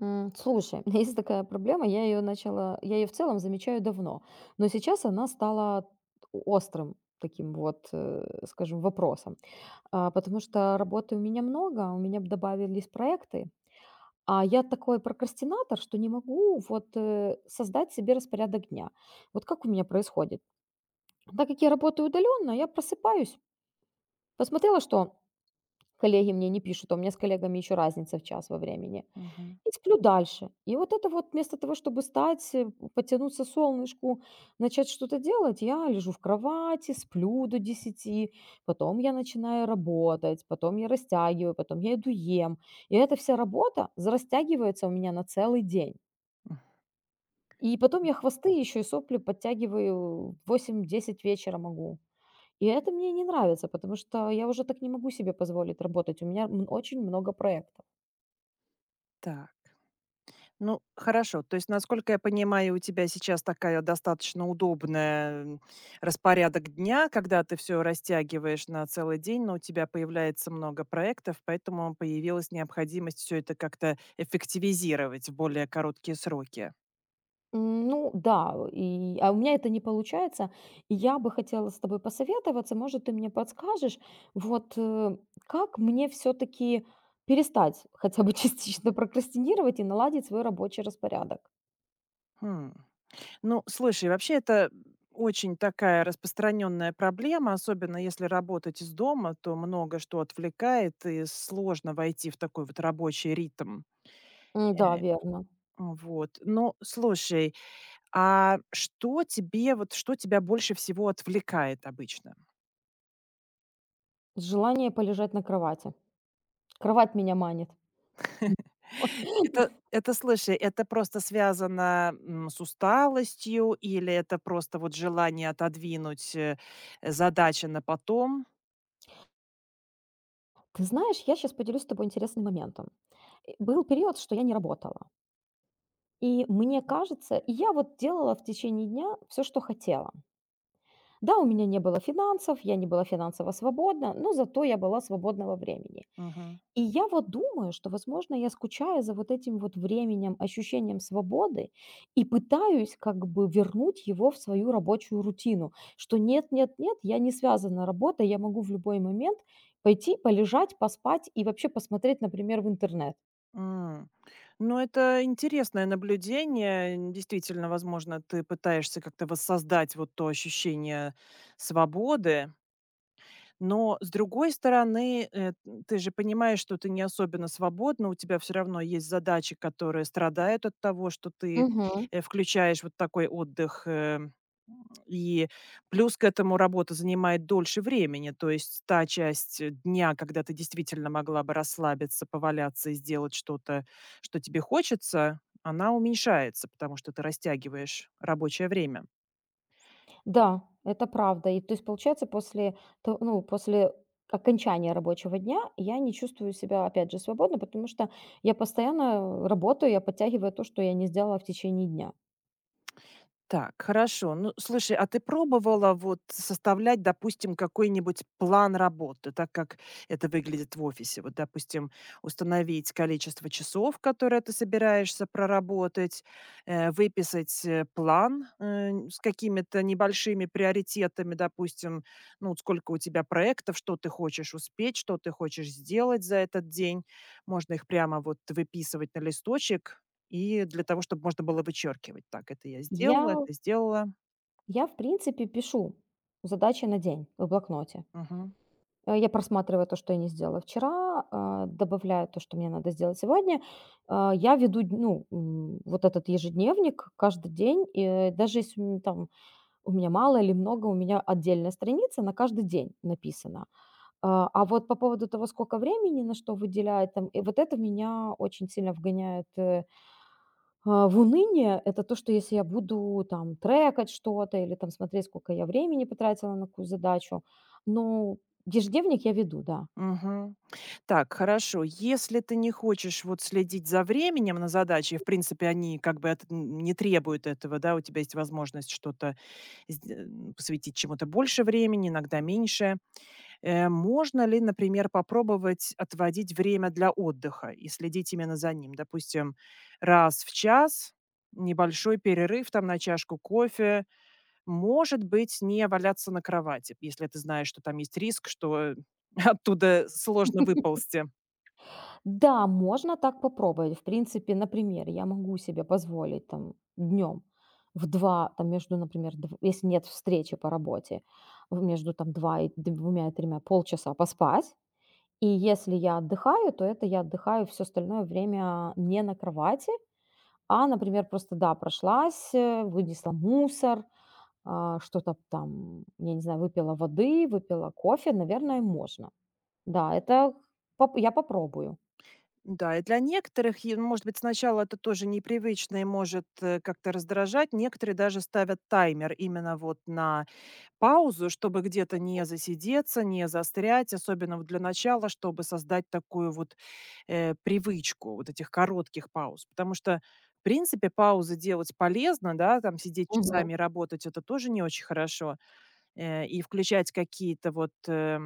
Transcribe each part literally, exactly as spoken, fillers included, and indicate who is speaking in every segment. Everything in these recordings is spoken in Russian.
Speaker 1: М, Слушай, есть такая проблема, я ее начала, я ее в целом замечаю давно, но сейчас она стала острым таким вот, э, скажем, вопросом, а потому что работы у меня много, у меня б добавились проекты, а я такой прокрастинатор, что не могу вот э, создать себе распорядок дня. Вот как у меня происходит? Так как я работаю удаленно, я просыпаюсь, посмотрела, что коллеги мне не пишут, а у меня с коллегами еще разница в час во времени,
Speaker 2: Мгм.
Speaker 1: и сплю дальше. И вот это вот вместо того, чтобы встать, э, потянуться солнышку, начать что-то делать, я лежу в кровати, сплю до десяти. Потом я начинаю работать, потом я растягиваю, потом я иду ем. И эта вся работа за- растягивается у меня на целый день.
Speaker 2: М.
Speaker 1: И потом я хвосты еще и сопли подтягиваю, в восемь-десять вечера могу. И это мне не нравится, потому что я уже так не могу себе позволить работать. У меня м- очень много проектов.
Speaker 2: Так. Ну, хорошо. То есть, насколько я понимаю, у тебя сейчас такая достаточно удобная м, распорядок дня, когда ты все растягиваешь на целый день, но у тебя появляется много проектов, поэтому появилась необходимость все это как-то эффективизировать в более короткие сроки.
Speaker 1: М, ну да, и, а у меня это не получается. И я бы хотела с тобой посоветоваться. Может, ты мне подскажешь, вот, э, как мне все-таки перестать хотя бы частично прокрастинировать и наладить свой рабочий распорядок?
Speaker 2: Хм. Ну, слушай, вообще это очень такая распространенная проблема, особенно если работать из дома, то много что отвлекает, и сложно войти в такой вот рабочий ритм.
Speaker 1: М, Да,
Speaker 2: Э,
Speaker 1: верно.
Speaker 2: Вот. Ну, слушай, а что тебе, вот что тебя больше всего отвлекает обычно?
Speaker 1: Желание полежать на кровати. Кровать меня манит.
Speaker 2: Это, это, слушай, это просто связано м, с усталостью или это просто вот желание отодвинуть э, задачи на потом?
Speaker 1: Ты знаешь, я сейчас поделюсь с тобой интересным моментом. Э, Был период, что я не работала. И мне кажется, и я вот делала в течение дня все, что хотела. Да, у меня не было финансов, я не была финансово свободна, но зато я была свободного времени.
Speaker 2: Мгм.
Speaker 1: И я вот думаю, что, возможно, я скучаю за вот этим вот временем, ощущением свободы, и пытаюсь как бы вернуть его в свою рабочую рутину, что нет, нет, нет, я не связана работой, я могу в любой момент пойти, полежать, поспать и вообще посмотреть, например, в интернет.
Speaker 2: М. Ну, это интересное наблюдение. Н- Действительно, возможно, ты пытаешься как-то воссоздать вот то ощущение свободы. Но, с другой стороны, э, ты же понимаешь, что ты не особенно свободна, у тебя все равно есть задачи, которые страдают от того, что ты,
Speaker 1: Мгм.
Speaker 2: э, включаешь вот такой отдых, э, м, и плюс к этому работа занимает дольше времени. То есть та часть э, дня, когда ты действительно могла бы расслабиться, поваляться и сделать что-то, что тебе хочется, она уменьшается, потому что ты растягиваешь рабочее время.
Speaker 1: Да, это правда. И то есть, получается, после, то, ну, после окончания рабочего дня я не чувствую себя, опять же, свободно, потому что я постоянно работаю, я подтягиваю то, что я не сделала в течение дня.
Speaker 2: Так, хорошо. Ну, слушай, а ты пробовала вот составлять, допустим, какой-нибудь план работы, так как это выглядит в офисе? Вот, допустим, установить количество часов, которые ты собираешься проработать, э, выписать э, план э, н- с какими-то небольшими приоритетами, допустим, ну, вот сколько у тебя проектов, что ты хочешь успеть, что ты хочешь сделать за этот день. Можно их прямо вот выписывать на листочек, и для того, чтобы можно было вычеркивать. Так, это я
Speaker 1: Я,
Speaker 2: сделала, это сделала.
Speaker 1: я в принципе, пишу задачи на день в блокноте.
Speaker 2: Мгм.
Speaker 1: Э, Я просматриваю то, что я не сделала вчера, а, добавляю то, что мне надо сделать сегодня. А, Я веду, ну, м, вот этот ежедневник каждый день, и э, даже если м, там у меня мало или много, у меня отдельная страница на каждый день написана. А, а вот по поводу того, сколько времени на что выделяет, там, и вот это меня очень сильно вгоняет э, а, в уныние. Это то, что если я буду там трекать что-то или там смотреть, сколько я времени потратила на какую задачу, ну, ежедневник я веду, да.
Speaker 2: Мгм. Так, хорошо. Если ты не хочешь вот следить за временем на задаче, в принципе они как бы от н не требуют этого, да, у тебя есть возможность что-то сде м, посвятить чему-то больше времени, иногда меньше. Э, можно ли, например, попробовать отводить время для отдыха и следить именно за ним? Допустим, раз в час небольшой перерыв там на чашку кофе. Может быть, не валяться на кровати, если ты знаешь, что там есть риск, что оттуда сложно выползти.
Speaker 1: Да, можно так попробовать. В принципе, например, я могу себе позволить там днем в два там между, например, дв- если нет встречи по работе, в- между там два и двумя и три полчаса поспать. И если я отдыхаю, то это я отдыхаю все остальное время не на кровати, а, например, просто, да, прошлась, э, вынесла мусор, а, что-то там, я не знаю, выпила воды, выпила кофе, наверное, можно. Да, это поп- я попробую.
Speaker 2: Да, и для некоторых, и, может быть, сначала это тоже непривычно и может э, как-то раздражать. Некоторые даже ставят таймер именно вот на паузу, чтобы где-то не засидеться, не застрять, особенно вот для начала, чтобы создать такую вот э, привычку вот этих коротких пауз. Потому что, в принципе, паузы делать полезно, да, там сидеть часами и работать, это тоже не очень хорошо. Э, и включать какие-то вот, э,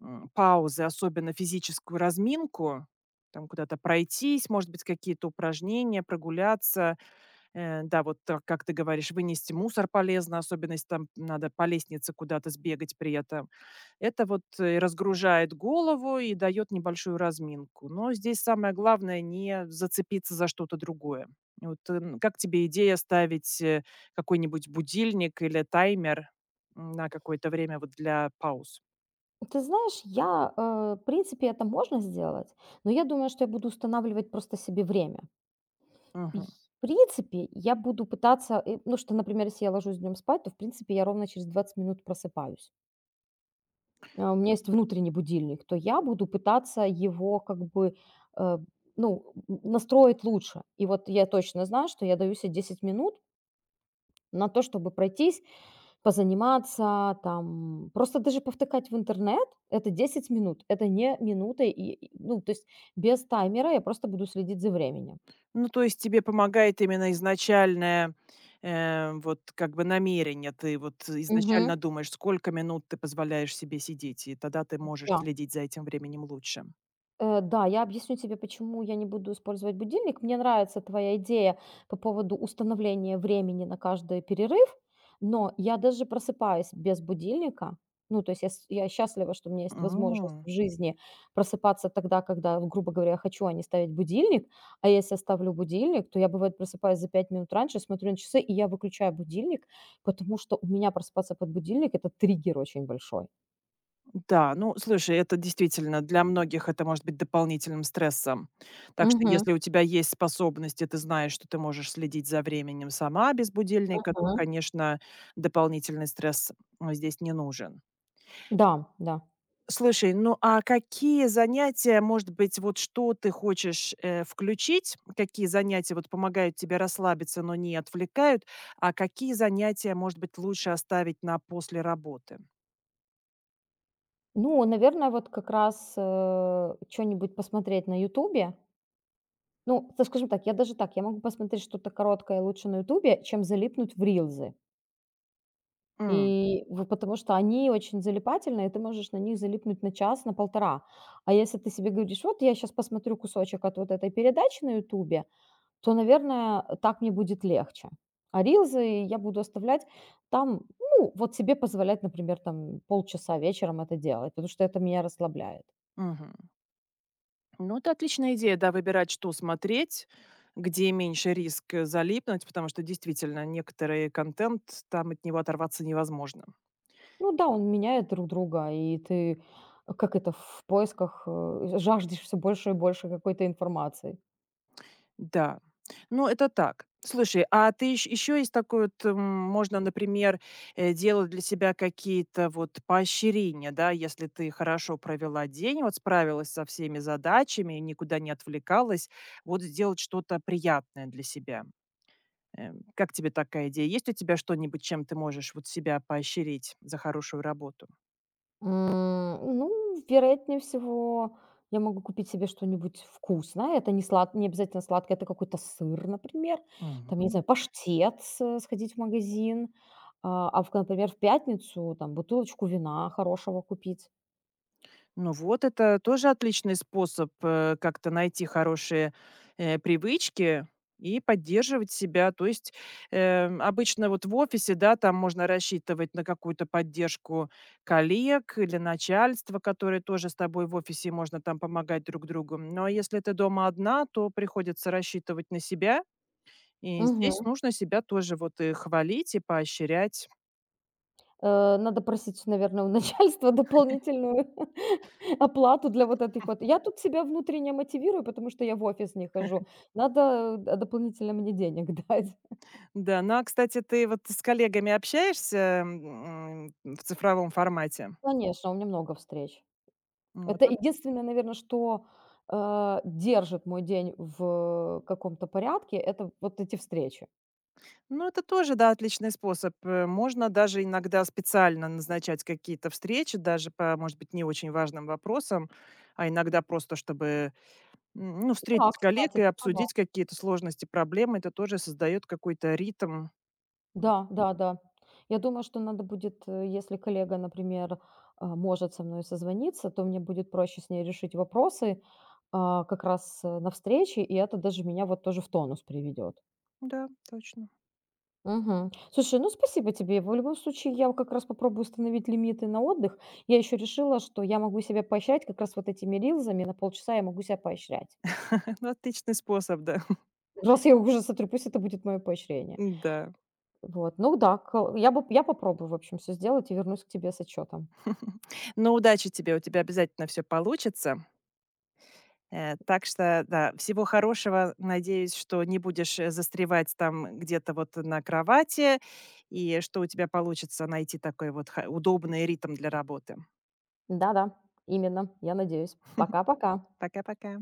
Speaker 2: м, паузы, особенно физическую разминку, там куда-то пройтись, может быть, какие-то упражнения, прогуляться. Э, да, вот так, как ты говоришь, вынести мусор полезно, особенно если там надо по лестнице куда-то сбегать при этом. Это вот э, и разгружает голову, и дает небольшую разминку. Но здесь самое главное — не зацепиться за что-то другое. Вот, э, н как тебе идея ставить, э, какой-нибудь будильник или таймер на какое-то время вот для пауз?
Speaker 1: Ты знаешь, я, э, в принципе, это можно сделать, но я думаю, что я буду устанавливать просто себе время. И
Speaker 2: Мгм.
Speaker 1: в принципе, я буду пытаться, э, ну что, например, если я ложусь днем спать, то, в принципе, я ровно через двадцать минут просыпаюсь. А у меня есть внутренний будильник, то я буду пытаться его как бы э, ну, м, настроить лучше. И вот я точно знаю, что я даю себе десять минут на то, чтобы пройтись, позаниматься там, просто даже повтыкать в интернет — это десять минут, это не минута, и и ну, то есть без таймера я просто буду следить за временем.
Speaker 2: Ну, то есть тебе помогает именно изначальное, э, вот как бы намерение. Ты вот
Speaker 1: Мгм.
Speaker 2: изначально думаешь, сколько минут ты позволяешь себе сидеть, и тогда ты можешь
Speaker 1: Да.
Speaker 2: следить за этим временем лучше.
Speaker 1: Э, да, я объясню тебе, почему я не буду использовать будильник. Мне нравится твоя идея по поводу установления времени на каждый перерыв, но я даже просыпаюсь без будильника. Ну, то есть я, с- я счастлива, что у меня есть возможность
Speaker 2: М.
Speaker 1: в жизни просыпаться тогда, когда, грубо говоря, я хочу, а не ставить будильник. А если я ставлю будильник, то я, бывает, просыпаюсь за пять минут раньше, смотрю на часы, и я выключаю будильник, потому что у меня просыпаться под будильник — это триггер очень большой.
Speaker 2: Да, ну, слушай, это действительно для многих это может быть дополнительным стрессом. Так что
Speaker 1: Мгм.
Speaker 2: если у тебя есть способность, и ты знаешь, что ты можешь следить за временем сама без будильника, то,
Speaker 1: Мгм.
Speaker 2: конечно, дополнительный стресс м, здесь не нужен.
Speaker 1: Да, да.
Speaker 2: Слушай, ну а какие занятия, может быть, вот что ты хочешь э, включить? Какие занятия вот помогают тебе расслабиться, но не отвлекают? А какие занятия, может быть, лучше оставить на после работы?
Speaker 1: Ну, наверное, вот как раз что нибудь посмотреть на "Ютубе". Ну, т скажем так, я даже так, я могу посмотреть что-то короткое лучше на "Ютубе", чем залипнуть в рилзы.
Speaker 2: М,
Speaker 1: И в потому что они очень залипательные, и ты можешь на них залипнуть на час, на полтора. А если ты себе говоришь: "Вот я сейчас посмотрю кусочек от вот этой передачи на "Ютубе", то, наверное, так мне будет легче". А рилзы я буду оставлять там, ну, вот себе позволять, например, там полчаса вечером это делать, потому что это меня расслабляет.
Speaker 2: мгм. Ну, это отличная идея, да, выбирать, что смотреть, где меньше риск э, залипнуть, потому что действительно некоторый контент, там от него оторваться невозможно.
Speaker 1: Ну да, он меняет друг друга, и ты, э, как это, в поисках, э, жаждешь все больше и больше какой-то информации.
Speaker 2: Да. Ну, это так. Слушай, а ты еще, есть такой вот, м, можно, например, э, делать для себя какие-то вот поощрения, да, если ты хорошо провела день, вот справилась со всеми задачами, никуда не отвлекалась, вот сделать что-то приятное для себя. Эм, как тебе такая идея? Есть у тебя что-нибудь, чем ты можешь вот себя поощрить за хорошую работу?
Speaker 1: М, ну, вероятнее всего, я могу купить себе что-нибудь вкусное. Это не слад не обязательно сладкое, это какой-то сыр, например. Там, я не
Speaker 2: Мгм.
Speaker 1: знаю, паштет с э, сходить в магазин. А, а в например, в пятницу там бутылочку вина хорошего купить.
Speaker 2: Ну вот, это тоже отличный способ, э, как-то найти хорошие, э, привычки и поддерживать себя. То есть, эм, обычно вот в офисе, да, там можно рассчитывать на какую-то поддержку коллег или начальства, которые тоже с тобой в офисе, можно там помогать друг другу. Но если ты дома одна, то приходится рассчитывать на себя. И здесь нужно себя тоже вот и хвалить, и поощрять.
Speaker 1: Э, надо просить, наверное, у начальства дополнительную оплату для вот этих вот. Я тут себя внутренне мотивирую, потому что я в офис не хожу. Надо, э, дополнительно мне денег дать.
Speaker 2: Да, ну, а, кстати, ты вот с коллегами общаешься, м, в цифровом формате?
Speaker 1: Конечно, у меня много встреч.
Speaker 2: Вот
Speaker 1: Это
Speaker 2: эт
Speaker 1: единственное, наверное, что, э, держит мой день в каком-то порядке — это вот эти встречи.
Speaker 2: Ну, это тоже, да, отличный способ. Э, можно даже иногда специально назначать какие-то встречи даже по, может быть, не очень важным вопросам, а иногда просто чтобы, м, ну,
Speaker 1: Да,
Speaker 2: встретить коллег
Speaker 1: кстати,
Speaker 2: и
Speaker 1: ты права.
Speaker 2: обсудить какие-то сложности, проблемы. Это тоже создает какой-то ритм. М,
Speaker 1: Да, да, да. Я думаю, что надо будет, э, если коллега, например, а, может со мной созвониться, то мне будет проще с ней решить вопросы, а, как раз, э, на встрече, и это даже меня вот тоже в тонус приведет.
Speaker 2: да, точно.
Speaker 1: Мгм. Слушай, ну спасибо тебе. В любом случае, я как раз попробую установить лимиты на отдых. Я еще решила, что я могу себя поощрять, как раз вот этими рилзами на полчаса я могу себя поощрять.
Speaker 2: Ну, отличный способ, да.
Speaker 1: Раз я уже сотру, пусть это будет мое поощрение.
Speaker 2: Да.
Speaker 1: Вот, ну да, кол- я бы я попробую, в общем, все сделать и вернусь к тебе с отчетом.
Speaker 2: Мгм. Ну, удачи тебе, у тебя обязательно все получится. Э, так что, да, всего хорошего. Надеюсь, что не будешь, э, застревать там где-то вот на кровати и что у тебя получится найти такой вот ха удобный ритм для работы.
Speaker 1: Да-да, именно, я надеюсь. Пока-пока.
Speaker 2: Пока-пока.